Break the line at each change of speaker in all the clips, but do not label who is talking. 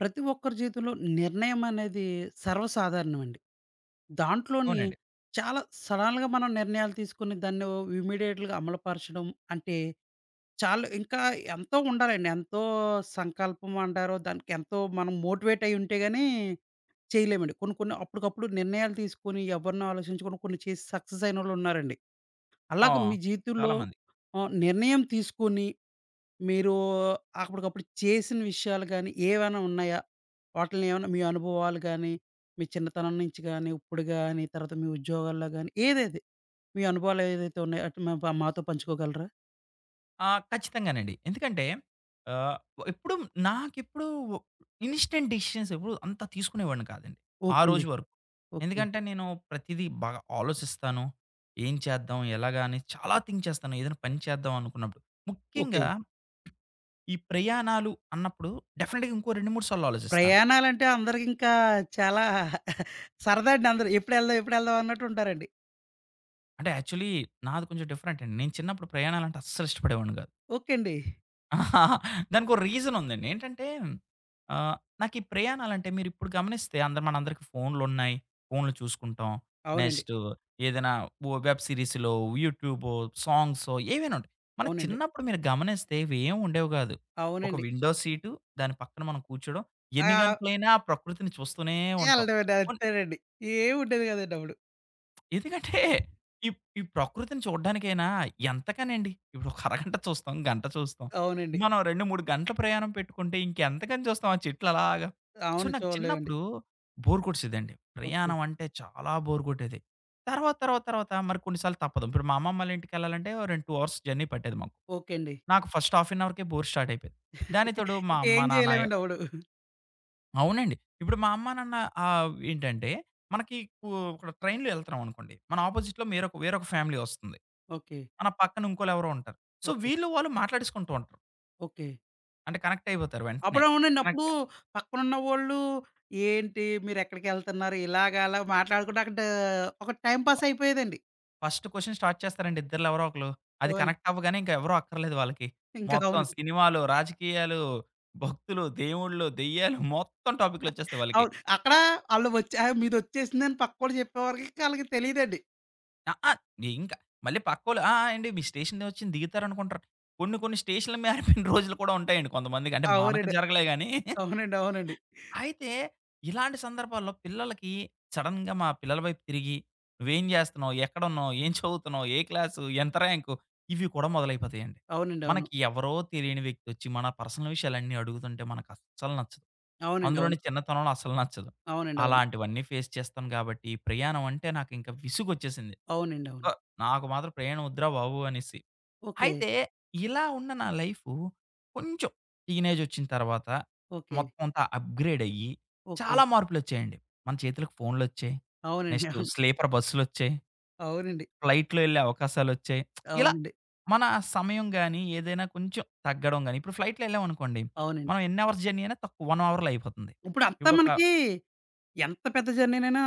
ప్రతి ఒక్కరి జీవితంలో నిర్ణయం అనేది సర్వసాధారణమండి. దాంట్లోని
అవునండి.
చాలా సడన్‌గా మనం నిర్ణయాలు తీసుకొని దాన్ని ఇమ్మీడియేట్‌గా అమలుపరచడం అంటే చాలా ఇంకా ఎంతో ఉండాలండి. ఎంతో సంకల్పం అంటారో దానికి ఎంతో మనం మోటివేట్ అయ్యి ఉంటే గాని చేయలేమండి. కొన్ని కొన్ని అప్పటికప్పుడు నిర్ణయాలు తీసుకొని ఎవరినో ఆలోచించకుండా కొన్ని చేసి సక్సెస్ అయినోళ్ళున్నారండి.
ఆ!
అలాగే మీ జీవితంలో
చాలామంది.
నిర్ణయం తీసుకొని మీరు అప్పటికప్పుడు చేసిన విషయాలు గానీ, ఏవైనా ఉన్నాయా? వాటిల్ని ఏమన్నా మీ అనుభవాలు గానీ, మీ చిన్నతనం నుంచి గానీ, ఇప్పుడు గానీ, తర్వాత మీ ఉద్యోగాల్లో గానీ, ఏదేది మీ అనుభవాలు ఏదైతే ఉన్నాయో అటు మా మాతో పంచుకోగలరా?
ఆ! ఖచ్చితంగానండి. ఎందుకంటే ఆహ్, ఎప్పుడు నాకెప్పుడు ఇన్‌స్టంట్ డెసిషన్స్ ఎప్పుడు అంత తీసుకునేవాడిని కాదండి. ఆ
ఓకే అండి.
రోజు వరకు.
ఓకే.
ఎందుకంటే నేను ప్రతిదీ బాగా ఆలోచిస్తాను. ఏం చేద్దాం? ఎలాగా? అని చాలా థింక్ చేస్తాను. ఏదైనా పని చేద్దాం అనుకున్నప్పుడు.
ఓకే.
ముఖ్యంగా ఈ ప్రయాణాలు అన్నప్పుడు డెఫినిట్‌గా ఇంకో 2, 3 సార్లు ఆలోచిస్తాను.
ప్రయాణాలంటే అందరికింకా చాలా సరదా అండి అందరూ. ఎప్పుడెళ్దాం, ఎప్పుడెళ్దాం అన్నట్టు ఉంటారండి.
అంటే యాక్చువల్లీ నాది కొంచెం డిఫరెంట్ అండి. నేను చిన్నప్పుడు ప్రయాణాలంటే అస్సలు ఇష్టపడేవాడిని కాదు.
ఓకే అండి.
ఆహా! దానికో రీజన్ ఉందండి. ఏంటంటే ఆహ్, నాకు ఈ ప్రయాణాలంటే మీరిప్పుడు గమనిస్తే అందరు మనందరికి ఫోన్‌లున్నాయి. ఫోన్‌లు చూసుకుంటాం.
అవునండి.
నెక్స్ట్ ఏదైనా ఓ వెబ్ సిరీస్‌లో, యూట్యూబో, సాంగ్సో ఏవైనా ఉంటాయి. మన
అవునండి.
చిన్నప్పుడు మీరు గమనిస్తే ఇవేం ఉండేవి కాదు. ఒక
అవునండి.
విండో సీటు దాని పక్కన మనం కూర్చోడం.
ఆ!
ఎన్ని గంటలైనా ఆ ప్రకృతిని చూస్తూనే ఉంటాం.
ఎళ్ళడమండి. అంతేనండి. ఏముండేది కాదండి అప్పుడు.
ఎందుకంటే ఈ ఈ ప్రకృతిని చూడ్డానికైనా ఎంతకనండి. ఇప్పుడు ఒక అరగంట చూస్తాం, గంట చూస్తాం.
అవునండి.
మనం 2, 3 గంటల ప్రయాణం పెట్టుకుంటే ఇంకెంతకని చూస్తాం ఆ చెట్లలాగా. సో,
అవును.
నాకు
చూడలేమండి.
చిన్నప్పుడు బోర్ కొట్టేసేదండి.
ఓకే.
ప్రయాణం అంటే చాలా బోర్ కొట్టేది. తర్వాత మరి కొన్నిసార్లు తప్పదు. ఇప్పుడు మా అమ్మమ్మ వాళ్ళ ఇంటికెళ్ళాలంటే ఓ రెండు 2 అవర్స్ జర్నీ పట్టేది మాకు.
ఓకే అండి.
నాకు ఫస్ట్ హాఫ్ అన్ అవర్‌కే బోర్ స్టార్ట్ అయిపోయేది. దానికి తోడు మా అమ్మ,
ఇంకేం
నాన్న
చేయలేమండి అప్పుడు.
అవునండి. ఇప్పుడు మా అమ్మ, నాన్న ఏంటంటే మనకి కు ఇక్కడ ట్రైన్‌లో ఎళ్తున్నాం అనుకోండి. మన అపోజిట్‌లో వేరొక వేరొక ఫ్యామిలీ వస్తుంది.
ఓకే.
మన పక్కన ఇంకోళ్ళెవరో ఉంటారు. So,
okay.
వీళ్ళు వాళ్ళు మాట్లాడేసుకుంటూ ఉంటారు.
ఓకే.
అంటే కనెక్ట్ అయిపోతారు వెంటనే.
అప్పుడు అవునండి. అప్పుడు
కనెక్ట్
పక్కనున్న వోళ్ళు ఏంటి మీరెక్కడికెళ్తున్నారు ఇలాగా అలా మాట్లాడుకుంటే అక్కడ ఒక టైమ్ పాస్ అయిపోయేదండి.
ఫస్ట్ క్వెషన్ స్టార్ట్ చేస్తారండి ఇద్దరిలో ఎవరో ఒకళ్ళు. అది
అవును.
కనెక్ట్ అవ్వగానే ఇంక ఎవరో అక్కర్లేదు వాళ్ళకి.
ఇంకా
మొత్తం
అవునండి.
సినిమాలు, రాజకీయాలు, భక్తులు, దేవుళ్ళు, దెయ్యాలు మొత్తం టాపిక్‌లొచ్చేస్తాయి వాళ్ళకి.
అవును. అక్కడ ఆళ్ళు వచ్చి ఆ! మీదొచ్చేసిందని పక్కోడు చెప్పే వరకి ఆళ్ళకి తెలీదండి.
అహా! ఇంకా మళ్ళీ పక్కోళ్ళు ఆ! ఆ! అండి మీ స్టేషనే వచ్చింది దిగుతారనుకుంటారు. కొన్ని కొన్ని స్టేషన్‌ల మారిపోయిన రోజులు కూడా ఉంటాయండి కొంతమందికి. అంటే మనకు
అవునండి.
జరగలే గానీ.
అవునండి. అవునండి.
అయితే ఇలాంటి సందర్భాల్లో పిల్లలకి సడెన్‌గా మా పిల్లల వైపు తిరిగి, "నువ్వేం జేస్తున్నావు? ఎక్కడున్నావు? ఏం చదువుతున్నావు? ఏ క్లాసు? ఎంత ర్యాంకు?" ఇవి కూడా మొదలైపోతాయండి.
అవునండి. అవును.
మనకి ఎవరో తెలియని వ్యక్తి వచ్చి మన పర్సనల్ విషయాలన్నీ అడుగుతుంటే మనకస్సలు నచ్చదు.
అవునండి.
అందులోని
అవును.
చిన్నతనంలో అస్సలు నచ్చదు.
అవునండి. అవును.
అలాంటివన్నీ ఫేస్ చేస్తాను గాబట్టి ప్రయాణం అంటే నాకు ఇంకా విసుగొచ్చేసింది.
అవునండి.
ఆ!
అవును.
నాకు మాత్రం ప్రయాణం వద్దురా బాబు అనేసి.
ఓకే.
అయితే ఇలా ఉన్న నా లైఫు కొంచెం టీనేజ్ వచ్చిన తర్వాత
ఓకే.
మొత్తం అంతా అప్‌గ్రేడ్ అయ్యి
ఓకే.
చాలా మార్పులొచ్చాయండి. మన చేతులకు ఫోన్‌లొచ్చాయి.
అవునండి.
నెక్స్ట్
అవును.
స్లీపర్ బస్సులొచ్చాయి.
అవునండి.
ఫ్లైట్‌లో ఎళ్ళే అవకాశాలొచ్చాయి. ఇలా
అవునండి.
మన సమయం గాని, ఏదైనా కొంచెం తగ్గడం గాని ఇప్పుడు ఫ్లైట్‌లో ఎళ్ళామనుకోండి.
అవునండి.
మనం ఎన్ని అవర్స్ జర్నీ అయినా తక్కువ 1 అవర్‌లో అయిపోతుంది.
ఇప్పుడంతా
ఇప్పుడొక
మనకి ఎంత పెద్ద జర్నీనైనా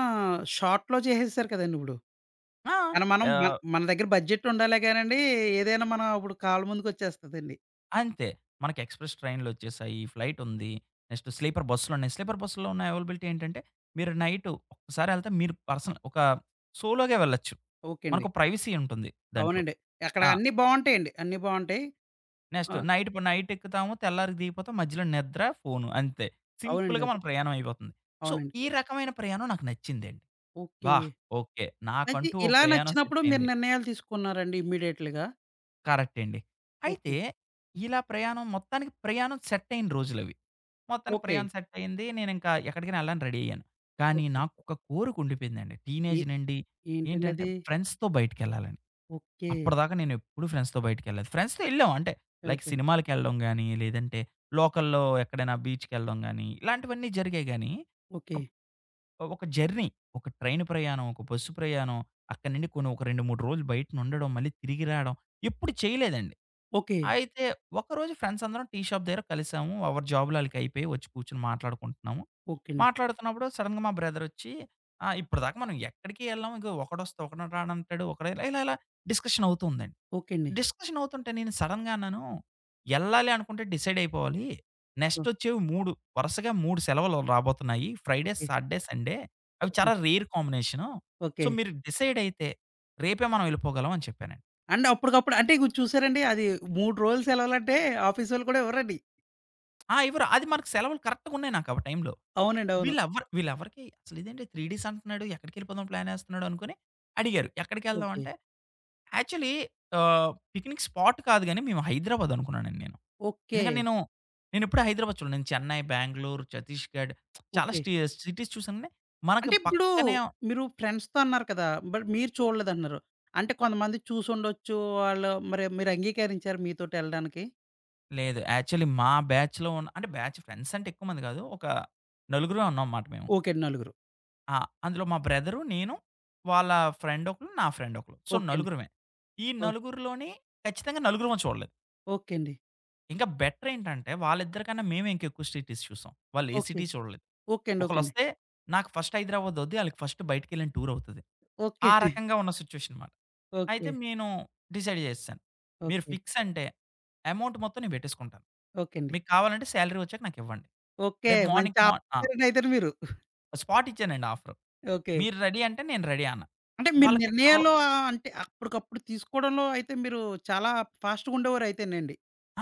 షార్ట్‌లో చేసేసారు కదండీ ఇప్పుడు.
ఆ!
కానీ మనం మన
ఆహ్
మన దగ్గర బడ్జెట్ ఉండాలే గానండి, ఏదైనా మన ఇప్పుడు కాళ్ళ ముందుకొచ్చేస్తదండి.
అంతే. మనకి ఎక్స్‌ప్రెస్ ట్రైన్‌లొచ్చేసాయి. ఫ్లైటుంది. నెక్స్ట్ స్లీపర్ బస్సులున్నాయి. స్లీపర్ బస్సులో ఉన్న అవైలబిలిటీ ఏంటంటే, మీరు నైటు ఒక్కసారెళ్తే మీరు పర్సనల్ ఒక సోలో‌గా వెళ్ళొచ్చు.
ఓకే అండి.
మనకు ప్రైవసీ ఉంటుంది దాంట్లో.
అవునండి. అక్కడ
ఆ!
అన్నీ బావుంటాయండి. అన్నీ బావుంటాయి.
నెక్స్ట్
ఆ!
నైట్ ఇప్పుడు నైటెక్కుతాము. తెల్లారికి దిగిపోతాం. మధ్యలో నిద్ర, ఫోను అంతే.
అవునండి.
సింపుల్‌గా మన
అవును.
ప్రయాణం అయిపోతుంది. సో,
అవునండి.
ఈ రకమైన ప్రయాణం నాకు నచ్చిందండి.
ఓకే.
వాహ్! ఓకే.
అయితే
నాకంటూ ఓ
ఇలా
ప్రయాణం
నచ్చినప్పుడు మీరు
సెట్టయింది.
నిర్ణయాలు తీసుకున్నారండి ఇమ్మీడియేట్‌లీగా?
కరెక్ట్ అండి. అయితే
ఓకే.
ఇలా ప్రయాణం మొత్తానికి ప్రయాణం సెట్టయిన రోజులవి. మొత్తానికి
ఓకే.
ప్రయాణం సెట్ అయింది. నేనింకా ఎక్కడికైనా ఎళ్ళాలని రెడీ అయ్యాను. కానీ
ఓకే.
నాకొక కోరిక ఉండిపోయిందండి.
ఏ
టీనేజ్ నుండి ఏంటంటే
ఏంటండది?
ఫ్రెండ్స్‌తో బయటికెళ్ళాలని.
ఓకే.
అప్పటిదాకా నేనెప్పుడు ఫ్రెండ్స్‌తో బయటికెళ్ళలేదు. ఫ్రెండ్స్‌తో ఎళ్ళాం అంటే లైక్
ఓకే.
సినిమాలకెళ్ళడం గానీ, లేదంటే లోకల్‌లో ఎక్కడైనా బీచ్‌కెళ్ళడం గానీ, ఇలాంటివన్నీ జరిగాయి గానీ,
ఓకే.
ఒక ఒక జర్నీ, ఒక ట్రైన్ ప్రయాణం, ఒక బస్సు ప్రయాణం, అక్కడి నుండి కొన్ని ఒక 2, 3 రోజులు బయటనుండడం, మళ్ళీ తిరిగి రాడం ఎప్పుడు చేయలేదండి.
ఓకే.
అయితే ఒకరోజు ఫ్రెండ్స్ అందరం టీ షాప్ దగ్గర కలిసాము. ఎవరి జాబ్‌లు ఆళ్ళకయిపోయాయి. వచ్చి కూర్చొని మాట్లాడుకుంటున్నాము.
ఓకే అండి.
మాట్లాడుతున్నప్పుడు సడెన్‌గా మా బ్రదరొచ్చి, "ఆ! ఇప్పటిదాకా మనం ఎక్కడికి ఎళ్ళాం. ఇగో ఒకడొస్తే ఒకడు రానంటాడు. ఒకడు" ఇలా ఇలా ఇలా డిస్కషన్ అవుతూ ఉందండి.
ఓకే అండి.
డిస్కషన్ అవుతుంటే నేను సడెన్‌గా అన్నాను, "ఎళ్ళాలి అనుకుంటే డిసైడ్ అయిపోవాలి. Next
oh!
వచ్చేవి 3 వరుసగా 3 సెలవులు రాబోతున్నాయి. Friday,
okay.
Saturday, Sunday. అవి
ఓకే.
చాలా రేర్ కాంబినేషను. So,
okay.
మీరు డిసైడ్ అయితే రేపే మనం ఎళ్ళిపోగలం" అని చెప్పానండి.
అంటే అప్పటికప్పుడు అంటే ఇప్పుడు చూసారండి అది 3 రోజులు సెలవులంటే ఆఫీసోళ్ళు కూడా ఇవ్వరండి.
ఆ! ఇవ్వరు. అది మనకు సెలవులు కరెక్ట్‌గా ఉన్నాయి నాకు ఆ టైంలో.
అవునండి. అవును.
వీళ్ళెవ్వరికీ అసలు ఇదేంటి 3 డేస్ అంటున్నాడు. ఎక్కడికెళ్ళిపోదాం ప్లాన్ ఏస్తున్నాడు అనుకోని అడిగారు. ఎక్కడికెళ్దాం
ఓకే.
అంటే యాక్చువల్లీ పిక్నిక్ స్పాట్ కాదు గానీ మేము హైదరాబాద్ అనుకున్నానండి నేను.
ఓకే.
ఎందుకంటే నేనెప్పుడూ హైదరాబాద్ చూడలేదు. నేను చెన్నై, బెంగుళూరు, ఛత్తీస్‌గఢ్ చాలా
ఓకే.
సిటీస్ చూసాను గానీ మనకి
అంటే ఇప్పుడు
పక్కనే
మీరు ఫ్రెండ్స్‌తో అన్నారు కదా! బట్ మీరు చూడలేదంటున్నారు. అంటే కొంతమంది చూసుండొచ్చు. వాళ్ళు మరి మీరు అంగీకరించారా మీతోటి ఎళ్ళడానికి?
లేదు. యాక్చువల్లీ మా బ్యాచ్‌లో ఉన్న అంటే బ్యాచ్ ఫ్రెండ్స్ అంటే ఎక్కువ మంది కాదు. నలుగురే ఉన్నాం మాట మేము.
ఓకే అండి. నలుగురు.
ఆ! అందులో మా బ్రదరు, నేను, వాళ్ళ ఫ్రెండ్ ఒకళ్ళు, నా ఫ్రెండ్ ఒకళ్ళు. సో,
ఓకే అండి.
నలుగురమే. ఈ
ఓ
నలుగురిలోని ఖచ్చితంగా నలుగురం చూడలేదు.
ఓకే అండి.
ఇంకా బెటర్ ఏంటంటే వాళ్ళిద్దరి కన్నా మేమే ఇంకా ఎక్కువ సిటీస్ చూసాం. వాళ్ళు ఏ
ఓకే.
సిటీ చూడలేదు.
ఓకే అండి. ఓకే అండి.
ఒకళ్ళొస్తే నాకు ఫస్ట్ హైదరాబాద్ అవుద్ది. ఆళ్ళకి ఫస్ట్ బయటికెళ్ళిన టూర్ అవుతది.
ఓకే
ఆ
అండి.
రకంగా ఉన్న సిట్యుయేషన్ మాట. అయితే
ఓకే.
నేను డిసైడ్ చేసేసాను. మీరు
ఓకే.
ఫిక్స్ అంటే అమౌంట్ మొత్తం నేను పెట్టేసుకుంటాను.
ఓకే అండి.
మీకు కావాలంటే సాలరీ వచ్చాక నాకివ్వండి.
ఓకే.
రేపు
మంచి
మార్నింగ్ మా ఆ!
ఆఫీసరేనండి అయితేను మీరు.
స్పాట్ ఇచ్చానండి ఆఫర్.
ఓకే.
మీరు రెడీ అంటే నేను రెడీ అన్నా.
అంటే మీరు
వాళ్ళకెక్కడో
నిర్ణయాలు అంటే అప్పటికప్పుడు తీసుకోవడంలో అయితే మీరు చాలా ఫాస్ట్‌గా ఉండేవారయితేనండి.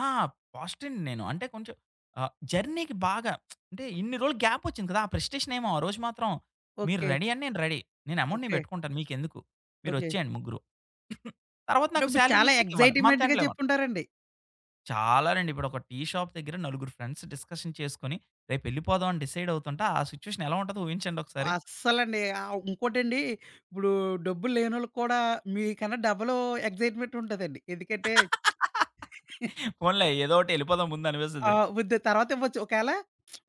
ఆ! పాజిటివ్ నేను. అంటే కొంచెం జర్నీకి బాగా అంటే ఇన్ని రోజులు గ్యాప్ వచ్చింది కదా! ఆ ప్రెస్టేషనేమో ఆ రోజు మాత్రం మీరు
ఓకే.
రెడీ అని నేను రెడీ. నేను
ఓకే.
పెట్టుకుంటాను. మీకెందుకు?
ఓకే.
మీరొచ్చేయండి ముగ్గురు. తర్వాత
అంటే
నాకు
ఇప్పుడు
శాలరీలు
చాలా
వచ్చాక ఇవ్వండి. మంత్
ఎక్సైట్‌మెంట్‌గా
ఎండ్‌లో ఇవ్వండి.
చెప్పుంటారండి.
చాలానండి. ఇప్పుడు ఒక టీ షాప్ దగ్గర నలుగురు ఫ్రెండ్స్ డిస్కషన్ చేసుకొని రేపెళ్ళిపోదాం అని డిసైడ్ అవుతుంటే ఆ సిట్యుయేషన్ ఎలా ఉంటదో ఊహించండి ఒకసారి.
అస్సలండి. ఇంకోటండి ఇప్పుడు డబ్బులు లేనోళ్ళకి కూడా మీకన్నా డబులు ఎక్సైట్‌మెంట్ ఉంటదండి. ఎందుకంటే
పోన్లే ఏదో ఒకటి ఎళ్ళిపోదాం ముందు
ఆ!
అనిపిస్తది.
వద్దు తర్వాత ఇవ్వచ్చు. ఒకవేళ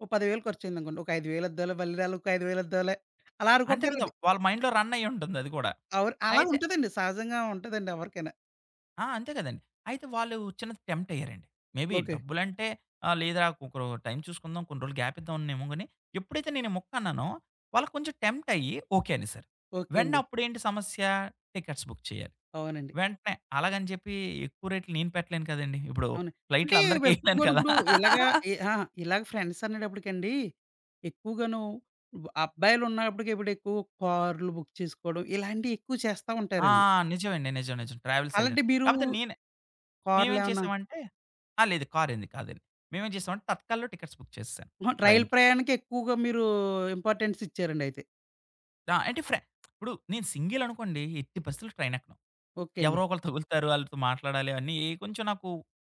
ఓ 10,000 ఖర్చయిందనుకోండి. ఒక 5,000 ఇద్దాంలే మళ్ళీ నాలుగు 5,000 ఇద్దాంలే అలా
అంతే కదా!
అనుకుంటారండి.
వాళ్ళ మైండ్‌లో రన్ అయ్యి ఉంటుంది అది కూడా.
అవును. అలా
అయితే
ఉంటదండి. సహజంగా ఉంటదండి ఎవరికైనా.
ఆ! అంతే కదండీ. అయితే వాళ్ళు చిన్న టెంప్ట్ అయ్యారండి. Maybe
okay.
డబ్బులంటే ఆ! లేదురా ఒకరు టైం చూసుకుందాం. కొన్ని రోజులు గ్యాప్ ఇద్దామనేమో గాని, ఎప్పుడైతే నేను ఈ ముక్క అన్నానో, వాళ్ళు కొంచెం టెంప్ట్ అయ్యి ఓకే అనేసారు.
ఓకే
వెంటనే
అండి.
అప్పుడేంటి సమస్య? టికెట్స్ బుక్ చేయాలి.
అవునండి.
వెంటనే అలాగని చెప్పి ఎక్కువ రేట్లు నేను పెట్టలేను కదండీ. ఇప్పుడు
అవును. అంటే
ఫ్లైట్‌లు
ఇవి
అందరికి ఎయలేను
ఎక్కువగాను
కదా!
ఇప్పుడు ఇలాగా ఎ ఆ! ఇలాగ ఫ్రెండ్స్ అనేటప్పటికండి, ఎక్కువగాను అబ్బాయిలున్నప్పటికి ఇప్పుడు ఎక్కువ కార్‌లు బుక్ చేసుకోవడం ఇలాంటివి ఎక్కువ చేస్తా
ఆ!
ఉంటారండి.
నిజమండి. నిజం. ట్రావెల్స్ అది.
అలాంటి మీరు
కాపోతే మేమేం
కార్‌లేమన్నా
చేసామంటే ఆ! లేదు కార్ ఏంది కాదండి. మేమేం చేసామంటే తత్కాల్‌లో టికెట్స్ బుక్ చేసేసాను
అహా! రైలు
ట్రైన్‌కి.
ప్రయాణానికి ఎక్కువగా మీరు ఇంపార్టెన్స్ ఇచ్చారండి అయితే.
ఆ! అంటే ఫ్రె ఇప్పుడు నేను సింగిల్ అనుకోండి ఎట్టి పరిస్థితుల్లో ట్రైన్ ఎక్కను.
ఓకే అండి.
ఎవరో ఒకళ్ళు తగులుతారు. ఆళ్ళతో మాట్లాడాలి అన్నీ కొంచెం నాకు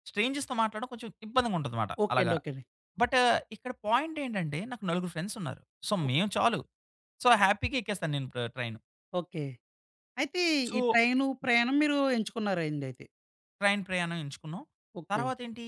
స్ట్రేంజర్స్‌తో మాట్లాడడం కొంచెం ఇబ్బందిగా ఉంటదన్నమాట
ఓకే అండి.
అలాగా.
ఓకే అండి.
బట్ ఇక్కడ పాయింట్ ఏంటంటే నాకు నలుగురు ఫ్రెండ్స్ ఉన్నారు. సో,
ఓక్
మేము చాలు. సో, హ్యాపీగా ఎక్కేస్తాను నేను ట్రైన్.
ఓకే. అయితే ఈ
సో,
ట్రైను ప్రయాణం మీరు ఎంచుకున్నారండి అయితే.
ట్రైన్ ప్రయాణం ఎంచుకున్నాం.
ఓకే.
తర్వాత ఏంటి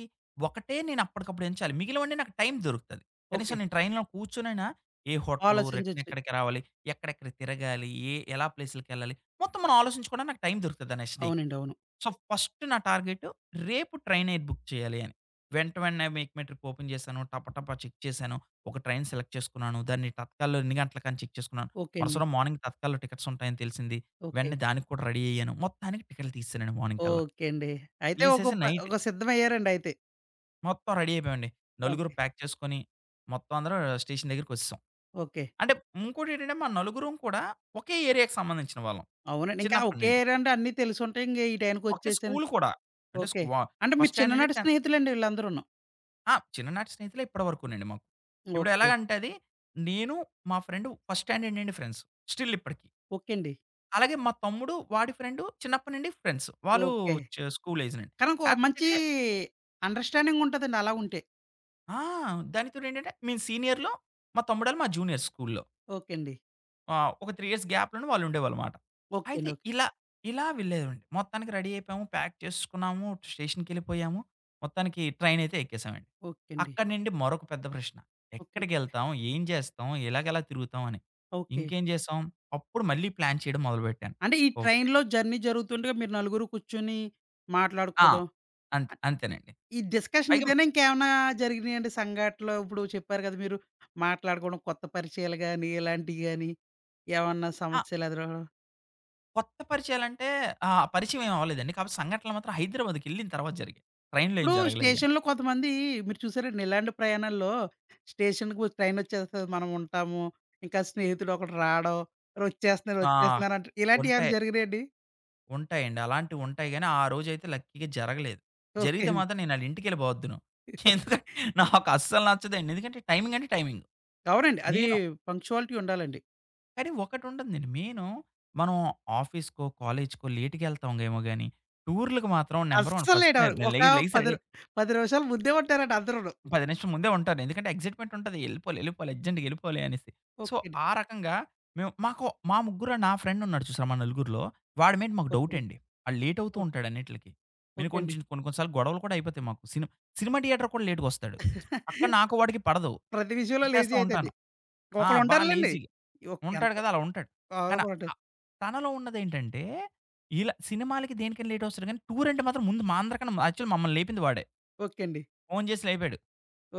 ఒకటే నేను అప్పటికప్పుడు ఎంచాలి. మిగిలినవన్నీ నాకు టైం దొరుకుతది. కనీసం
ఓకే.
నేను ట్రైన్‌లో కూర్చొనైనా ఏ హోటలు, రిటర్న్
ఆలోచించొచ్చు.
ఎక్కడికి రావాలి, ఎక్కడెక్కడ తిరగాలి, ఎలా ప్లేసులకెళ్ళాలి మొత్తం మనం ఆలోచించుకోవడానికి నాకు టైం దొరుకుతది ఆ నెక్స్ట్ డేకి.
అవునండి. అవును.
సో, ఫస్ట్ నా టార్గెట్ రేపు ట్రైన్ ఏది బుక్ చేయాలి అని. వెంటనే మేక్ మై ట్రిప్ ఓపెన్ చేశాను. టపటపా చెక్ చేశాను. ఒక ట్రైన్ సెలెక్ట్ చేసుకున్నాను. దాన్ని తత్కాల్‌లో ఎన్ని గంటలకని చెక్ చేసుకున్నాను.
ఓకే
మరుసటి
అండి.
రోజు మార్నింగ్ తత్కాల్‌లో టికెట్స్ ఉంటాయని తెలిసింది.
ఓకే.
వెంటనే దానికి కూడా రెడీ అయ్యాను. మొత్తానికి టికెట్లు తీసేసానండి మార్నింగ్ కల్లా.
ఓకే అండి. అయితే
తీసేసి నైట్
ఒక సిద్ధమయ్యారండి అయితే.
మొత్తం రెడీ అయిపోయామండి. నలుగురు
ఓకే.
ప్యాక్ చేసుకొని మొత్తం అందరం స్టేషన్ దగ్గరికొచ్చేసాం.
ఓకే.
అంటే ఇంకోటేంటంటే మా నలుగురం కూడా ఒకే ఏరియాకి సంబంధించిన వాళ్ళం
అవునండి. ఇంకా
చిన్నప్పటి
ఒకే
నుండి.
ఏరియా అంటే అన్నీ తెలిసుంటాయి. ఇంక ఈ
ఒకే
టయానికొచ్చేసాను.
స్కూల్ కూడా. అంటే
ఓకే.
స్కూ
అంటే
ఫస్ట్
మీరు
స్టాండర్డ్ నుంచి
చిన్ననాటి
టెన్త్
స్నేహితులండి వీళ్ళందరూను.
ఆ! చిన్ననాటి స్నేహితులే ఇప్పటి వరకునండి మాకు. ఇప్పుడు
ఓకే.
ఎలాగంటే అది నేను, మా ఫ్రెండ్ ఫస్ట్ స్టాండర్డ్ నుండి ఫ్రెండ్స్. స్టిల్ ఇప్పటికి.
ఓకే అండి.
అలాగే మా తమ్ముడు, వాడి ఫ్రెండు చిన్నప్పటి నుండి ఫ్రెండ్స్. వాళ్ళు
ఓకే.
స్కూల్ ఏజ్ నుండి.
కానీ ఒక
కాకపోతే
మంచి
ఏంటంటే
అండర్‌స్టాండింగ్ ఉంటదండి అలా ఉంటే.
ఆ! దానికి తోడు ఏంటంటే మేము సీనియర్‌లో, మా తమ్ముడోళ్ళు మా జూనియర్స్ స్కూల్‌లో.
ఓకే అండి.
ఆ! ఒక 3 ఇయర్స్ గ్యాప్‌లోనే వాళ్ళుండేవాళ్ళమాట.
ఓకే
అయితే
అండి. ఓకే.
ఇలా వెళ్ళేదండి. మొత్తానికి రెడీ అయిపోయాము. ప్యాక్ చేసుకున్నాము. స్టేషన్‌కెళ్ళిపోయాము. మొత్తానికి ట్రైనయితే ఎక్కేసామండి.
ఓకే అండి.
అక్కడి నుండి మరొక పెద్ద ప్రశ్న.
ఓకే.
ఎక్కడికెళ్తాం? ఏం చేస్తాం? ఎలాగెలా తిరుగుతాం అని.
ఓకే.
ఇంకేం చేసాం? అప్పుడు మళ్ళీ ప్లాన్ చేయడం మొదలుపెట్టాను.
అంటే ఈ
ఓకే.
ట్రైన్‌లో జర్నీ జరుగుతుండగా మీరు నలుగురు కూర్చొని
ఆ!
మాట్లాడుకోవడం
అంతే. అంతేనండి.
ఈ డిస్కషన్
పైగా
ఇదేనా ఇంకేమన్నా జరిగినాయండి సంఘటనలు? ఇప్పుడు చెప్పారు కదా! మీరు మాట్లాడుకోవడం కొత్త పరిచయాలు గాని, ఇలాంటియి గాని ఏమన్నా
ఆ!
సమస్యలు ఎదురవ్వడం?
కొత్త పరిచయాలంటే ఆ! పరిచయం ఏమి అవ్వలేదండి. కాపోతే సంఘటనలు మాత్రం హైదరాబాద్‌కెళ్ళిన తర్వాత జరిగాయి. ట్రైన్‌లో ఏం
ఇప్పుడు
జరగలేదు గానీ.
స్టేషన్‌లో కొంతమంది మీరు చూసారండి ఇలాంటి ప్రయాణాల్లో స్టేషన్‌కి ట్రైన్ వచ్చేస్తది. మనం ఉంటాము. ఇంకా స్నేహితుడు ఒకడు రావడం, "ఒచ్చేస్తున్నారు,
ఆ!
ఒచ్చేస్తున్నారు" అంటారు. ఇలాంటివి ఏమైనా
ఉంటాయి.
జరిగినాయండి?
ఉంటాయండి. అలాంటివుంటాయి గానీ, ఆ రోజైతే లక్కీగా జరగలేదు.
ఓకే
జరిగితే
అండి.
మాత్రం నేను ఆళ్ళ ఇంటికెళ్ళిపోవద్దును. ఎందుకంటే నాకు అస్సలు నచ్చదండి. ఎందుకంటే టైమింగ్ అంటే టైమింగ్.
అవునండి. అది
నేను
పంక్చువాలిటీ ఉండాలండి.
కానీ ఒకటుంటుందండి మెయిను మనం ఆఫీస్‌కో, కాలేజ్‌కో లేట్‌గెళ్తామేమో గానీ, టూర్‌లకి మాత్రం నంబర్ 1
అస్సలు
ఫస్ట్
లేనివారు
నేను
ఒక
లెగిసి
10
రెడీ
రు 10 నిమిషాలు ముందే ఉంటారండి అందరూను.
10 నిమిషం ముందే ఉంటారు. ఎందుకంటే ఎక్సైట్‌మెంట్ ఉంటది. ఎళ్ళిపోవాలి, ఎళ్ళిపోవాలి అర్జెంట్‌గా ఎళ్ళిపోవాలి అనేసి. సో,
ఓకే అండి.
ఆ రకంగా మాకు మా ముగ్గురు నా ఫ్రెండ్ ఉన్నాడు చూసారా మా నలుగురిలో, వాడి మీద మాకు
ఓకే
డౌట్
అండి.
అండి. ఆడు లేట్ అవుతూ
ఓకే.
ఉంటాడు అన్నిట్లికి. నేను
ఓకే అండి.
కొంచెం కొన్ని కొన్ని సార్లు గొడవలు కూడా అయిపోతాయి మాకు. సినిమా సినిమా థియేటర్ కూడా లేట్‌గొస్తాడు. అక్కడ నాకు వాడికి పడదు.
ప్రతి విషయంలో లేజీ
తిట్టేస్తా ఉంటాను.
అయితేండి.
ఆ! బా
ఒకళ్ళుంటారులెండి.
లేజీగా
ఓకే.
ఉంటాడు
ఎంతో
కదా! అలా ఉంటాడు. కానీ
ఒకరుంటారు.
ఆహ్, తనలో ఉన్నదేంటంటే, ఇలా సినిమాలకి దేనికైనా లేట్ వస్తాడు కానీ టూర్ అంటే మాత్రం ముందు మా అందరికన్నా యాక్చువల్లీ మమ్మల్ని లేపింది వాడే.
ఓకే అండి.
ఫోను చేసి లేపాడు.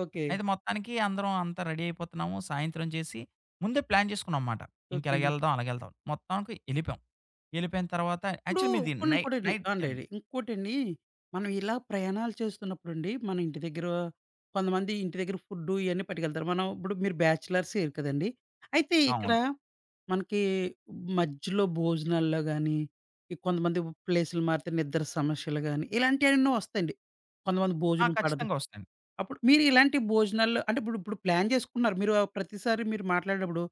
ఓకే.
అయితే మొత్తానికి అందరం అంతా రెడీ అయిపోతున్నాము. సాయంత్రం చేసి ముందే ప్లాన్ చేసుకున్నాంమాట.
ఓకే అండి.
ఇంకెలాగెళ్దాం, అలాగెళ్దాం. మొత్తానికి ఎళ్ళిపోయాం. ఎళ్ళిపోయిన తర్వాత
ఇప్పుడు
యాక్చువల్లీ మీది
కొన్ని
నై
ఇంకోటండి
నైట్
ఆ!
జర్నీ.
అండి. ఇంకోటండి మనం ఇలా ప్రయాణాలు చేస్తున్నప్పుడండి, మన ఇంటి దగ్గర కొంతమంది ఇంటి దగ్గర ఫుడ్డు ఇయన్నీ పట్టుకెళ్తారు. మనం ఇప్పుడు మీరు బ్యాచిలర్సేరు కదండీ! అయితే ఇక్కడ
అవును.
మనకి మధ్యలో భోజనాల్లో గాని, ఈ కొంతమంది ప్లేసులు మారితే నిద్ర సమస్యలు గాని, ఇలాంటియెన్నో వస్తాయండి. కొంతమంది
ఆ!
భోజనం పడదు.
ఖచ్చితంగా వస్తాయండి.
అప్పుడు మీరు ఇలాంటి భోజనాల్లో అంటే ఇప్పుడు ఇప్పుడు ప్లాన్ చేసుకున్నారు. మీరు ఆ ప్రతిసారి మీరు మాట్లాడేటప్పుడు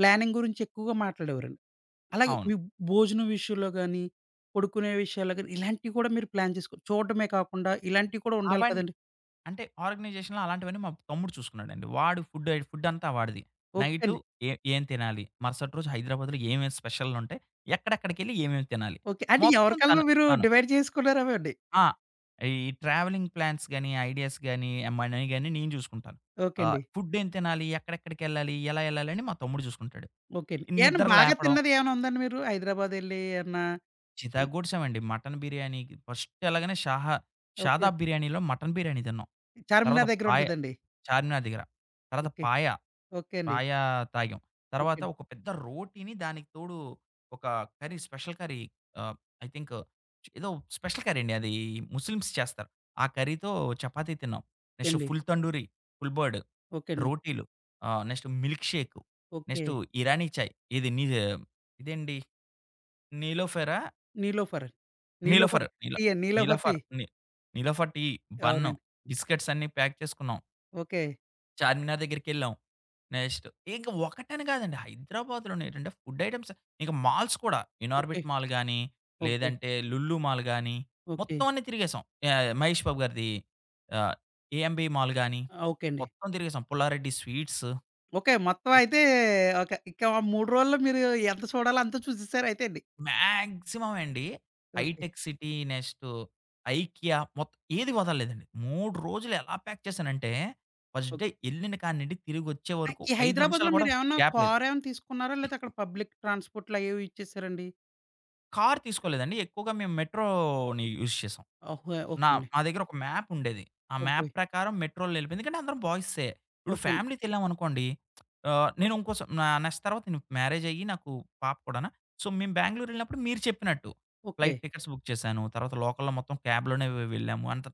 ప్లానింగ్ గురించి ఎక్కువగా మాట్లాడేవారండి. అలాగే
అవును.
మీ భోజనం విషయంలో గాని, పడుకునే విషయాల్లో గాని ఇలాంటివి కూడా మీరు ప్లాన్ చేసుకో చూడడమే కాకుండా ఇలాంటివి కూడా ఉండాలి
అవన్నీ
కదండీ!
అంటే ఆర్గనైజేషన్‌లో అలాంటివన్నీ మా తమ్ముడు చూసుకున్నాడండి. వాడు ఫుడ్ అంతా వాడిది.
ఓకే
నైటు
అండి.
ఏం తినాలి? మరుసటి రోజు హైదరాబాద్‌లో ఏమేం స్పెషల్లుంటాయి? ఎక్కడెక్కడికెళ్ళి ఏమేమి తినాలి?
ఓకే. అంటే
మొత్తం
ఎవరికల్లా మీరు
తను.
డివైడ్ చేసుకున్నారా అండి?
ఆ! ఈ ట్రావెలింగ్ ప్లాన్స్ గాని, ఐడియాస్ గాని, మనీ గాని నేను చూసుకుంటాను.
ఓకే అండి.
ఫుడ్ ఏం తినాలి? ఎక్కడెక్కడికెళ్ళాలి? ఎలా ఎళ్ళాలి? అని మా తమ్ముడు చూసుకుంటాడు.
ఓకే అండి. ఏమన్నా
నిద్ర
బాగా
లేపడం
తిన్నది ఏమైనా ఉందండి మీరు? హైదరాబాద్ ఎళ్లి ఏమన్నా ఈ
చితగ్గొడిసామండి. మటన్ బిర్యానీ ఫస్ట్ ఎళ్ళగానే
ఓకే.
షాదాబ్ బిర్యానీలో మటన్ బిర్యానీ తిన్నాం. తర్వాత
చార్మినార్ దగ్గర
పాయ
ఉంటదండి.
చార్మినార్ దగ్గర. తర్వాత
ఓకే.
పాయ.
ఓకే అండి.
పాయ తాగాం. తర్వాత
ఓకే.
ఒక పెద్ద రోటీని దానికి తోడు ఒక special curry ah, I think ఏదో స్పెషల్ కర్రీ అండి అది ముస్లిమ్స్ చేస్తారు. ఆ కర్రీతో చపాతీ తిన్నాం. నెక్స్ట్
అండి.
Full tandoori, full bird,
okay అండి. ఓకే అండి.
రోటీలు, next milkshake,
okay.
Next Irani chai ఇది నీ ఇదేంటి నీలోఫెరా?
నీలోఫర్.
నీలోఫర్
నీలోఫర్
నీల
టీయా? నీలోఫర్ టీ.
నీలోఫర్ ని నీలోఫర్ టీ, బన్,
అవునండి.
బిస్కెట్స్ అన్నీ ప్యాక్ చేసుకున్నాం.
ఓకే.
చార్మినార్ దగ్గరికెళ్ళాం. నెక్స్ట్ ఇంక ఒకటని కాదండి. హైదరాబాద్‌లోనే ఏంటంటే ఫుడ్ ఐటెమ్స్ ఇంక మాల్స్ కూడా
ఓకే.
'ఇనార్బిట్ మాల్' గాని,
ఓకే.
లేదంటే 'లుల్లు మాల్' గాని,
ఓకే.
మొత్తం అన్నీ తిరిగేసాం. యాహ్! మహేష్ బాబు గారిది ఆహ్, 'ఏఎంబీ మాల్' గాని,
ఆ! ఓకే అండి.
మొత్తం తిరిగేసాం. Pulla Reddy sweets
okay. మొత్తం అయితే ఓకే. ఇంకా 3 రోజుల్లో మీరు ఎంత చూడాలో అంతా చూసేసారు అయితే అండి.
మాక్సిమం అండి.
ఓకే.
హైటెక్ సిటీ నెక్స్ట్ ఐకియా మొత్తం ఏది వదలలేదండి. 3 రోజులు ఎలా ప్యాక్ చేశానంటే, ఫస్ట్ డే
ఓకే.
ఎళ్ళిన కాడి నుండి తిరిగొచ్చే వరకు
ఈ
5 నిమిషాలు
హైదరాబాద్‌లో
కూడా
మీరేమన్నా
గ్యాప్ లేదు.
కారేమన్నా తీసుకున్నారా? లేతే అక్కడ పబ్లిక్ ట్రాన్స్‌పోర్ట్‌లు అయ్యేవి ఇచ్చేసారండి?
కార్ తీసుకోలేదండి. ఎక్కువగా మేము మెట్రోని యూజ్ చేసాం.
ఓహో!
నా
ఓకే అండి.
మా దగ్గర ఒక మ్యాప్ ఉండేది. ఆ
ఓకే.
మ్యాప్ ప్రకారం మెట్రోలో ఎళ్ళిపోయింది. ఎందుకంటే అందరం బాయ్సే. ఇప్పుడు
ఓకే అండి.
ఫ్యామిలీతో ఎళ్ళామనుకోండి నేను ఇంకో సం నా నెక్స్ట్ తర్వాత నేను మ్యారేజ్ అయ్యి నాకు పాప కూడానా. సో, మేము బెంగుళూరు ఎళ్ళినప్పుడు మీరు చెప్పినట్టు
ఓకే.
ఫ్లైట్ టికెట్స్ బుక్ చేశాను. తర్వాత లోకల్‌లో మొత్తం క్యాబ్‌లోనే వెళ్ళాము. అంత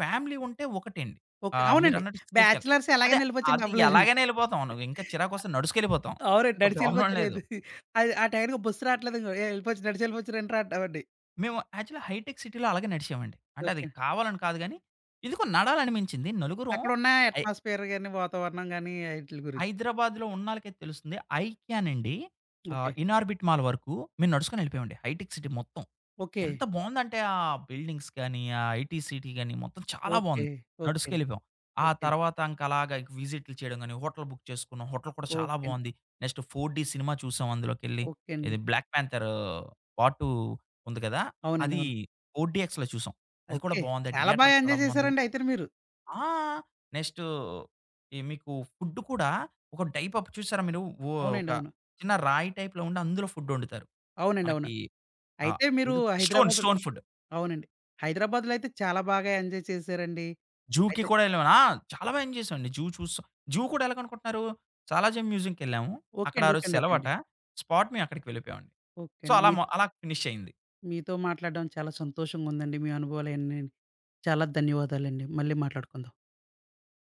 ఫ్యామిలీ ఉంటే ఒకటండి.
ఓకే. అవునండి.
మీరన్నట్టు సేఫ్‌గా
బ్యాచిలర్స్
అదే
ఎలాగైనా ఎళ్ళిపోవచ్చండి
అది
అవ్వలేదండి.
ఎలాగైనా ఎళ్ళిపోతాం. నువ్వు ఇంకా చిరాకొస్తే నడుచుకెళ్ళిపోతాం.
అవునండి.
సో, ప్రాబ్లమ్ లేదు.
నడిచెళ్ళిపోతారేది. అది ఆ టైంకి బస్సు రావట్లేదంగో ఏ ఎళ్ళిపోవచ్చు నడిచెళ్ళిపోవచ్చు రండ్రా అంటామండి.
మేము యాక్చువల్‌గా హైటెక్ సిటీలో అలాగే నడిచామండి. అంటే అది
ఓకే.
కావాలని కాదు గానీ, ఎందుకో నడాలనిపించింది. నలుగురం
అక్కడున్న
హై
అట్మాస్ఫియర్ గాని, వాతావరణం గాని ఆయిట్లి గురించి.
హైదరాబాద్‌లో ఉన్నోళ్ళకే తెలుస్తుంది. ఐక్యానండి
ఓకే.
ఇనార్బిట్ మాల్ వరకు మేము నడుచుకొని ఎళ్ళిపోయామండి. హైటెక్ సిటీ మొత్తం.
ఓకే.
ఎంత బావుందంటే ఆ బిల్డింగ్స్ కానీ, ఆ ఐటీ సిటీ గాని మొత్తం చాలా
ఓకే.
బావుంది.
ఓకే అండి.
నడుచుకెళ్ళిపోయాం. ఆ
ఓకే అండి.
తర్వాత ఇంక అలాగా ఇక విజిట్లు చేయడం గాని, హోటల్ బుక్ చేసుకున్నాం. హోటల్ కూడా చాలా
ఓకే అండి.
బావుంది. నెక్స్ట్ 4 డీ సినిమా చూసాం అందులోకెళ్ళి.
ఓకే అండి.
ఇది 'బ్లాక్ ప్యాంథర్' పార్ట్ 2 ఉంది కదా!
అవునండి.
అది
అవును.
4డీఎక్స్‌లో చూసాం. అది కూడా
ఓకే.
బావుంది.
చాలా
థియేటర్ చాలా
ఎంజాయ్
బావుంది.
చేశారండి అయితేను మీరు.
ఆ! నెక్స్ట్ ఈ మీకు ఫుడ్ కూడా ఒక టైప్ ఆఫ్ చూసారా మీరు ఓ ఒక
అవునండి. అవును.
చిన్న రాయి టైప్‌లో ఉండి అందులో ఫుడ్ వండుతారు.
అవునండి. అవును.
మనకి ఆహ్,
అయితే మీరు
ఏదో
హైదరాబాద్
స్టోన్ ఫుడ్.
అవునండి. హైదరాబాద్‌లో అయితే చాలా బాగా ఎంజాయ్ చేశారండి.
జూకి
అయితే
కూడా వెళ్ళామని. ఆ! చాలా బా ఎంజాయ్ చేసామండి. జూ చూసాం. జూ
ఓ
కూడా ఎలాగనుకుంటున్నారు? సాలార్జంగ్ మ్యూజియంకెళ్ళాము.
ఓకే
అక్కడ ఆ
అండి. ఓకే
రోజు
అండి. ఓకే
సెలవట.
అండి.
స్పాట్ మేము అక్కడికి వెళ్ళిపోయామండి.
ఓకే
సో,
అండి. మీతో
అలా ఫినిష్ అయింది.
మీతో మాట్లాడడం చాలా సంతోషంగుందండి. మీ అనుభవాలయన్నీని. చాలా ధన్యవాదాలండి. మళ్ళీ మాట్లాడుకుందాం.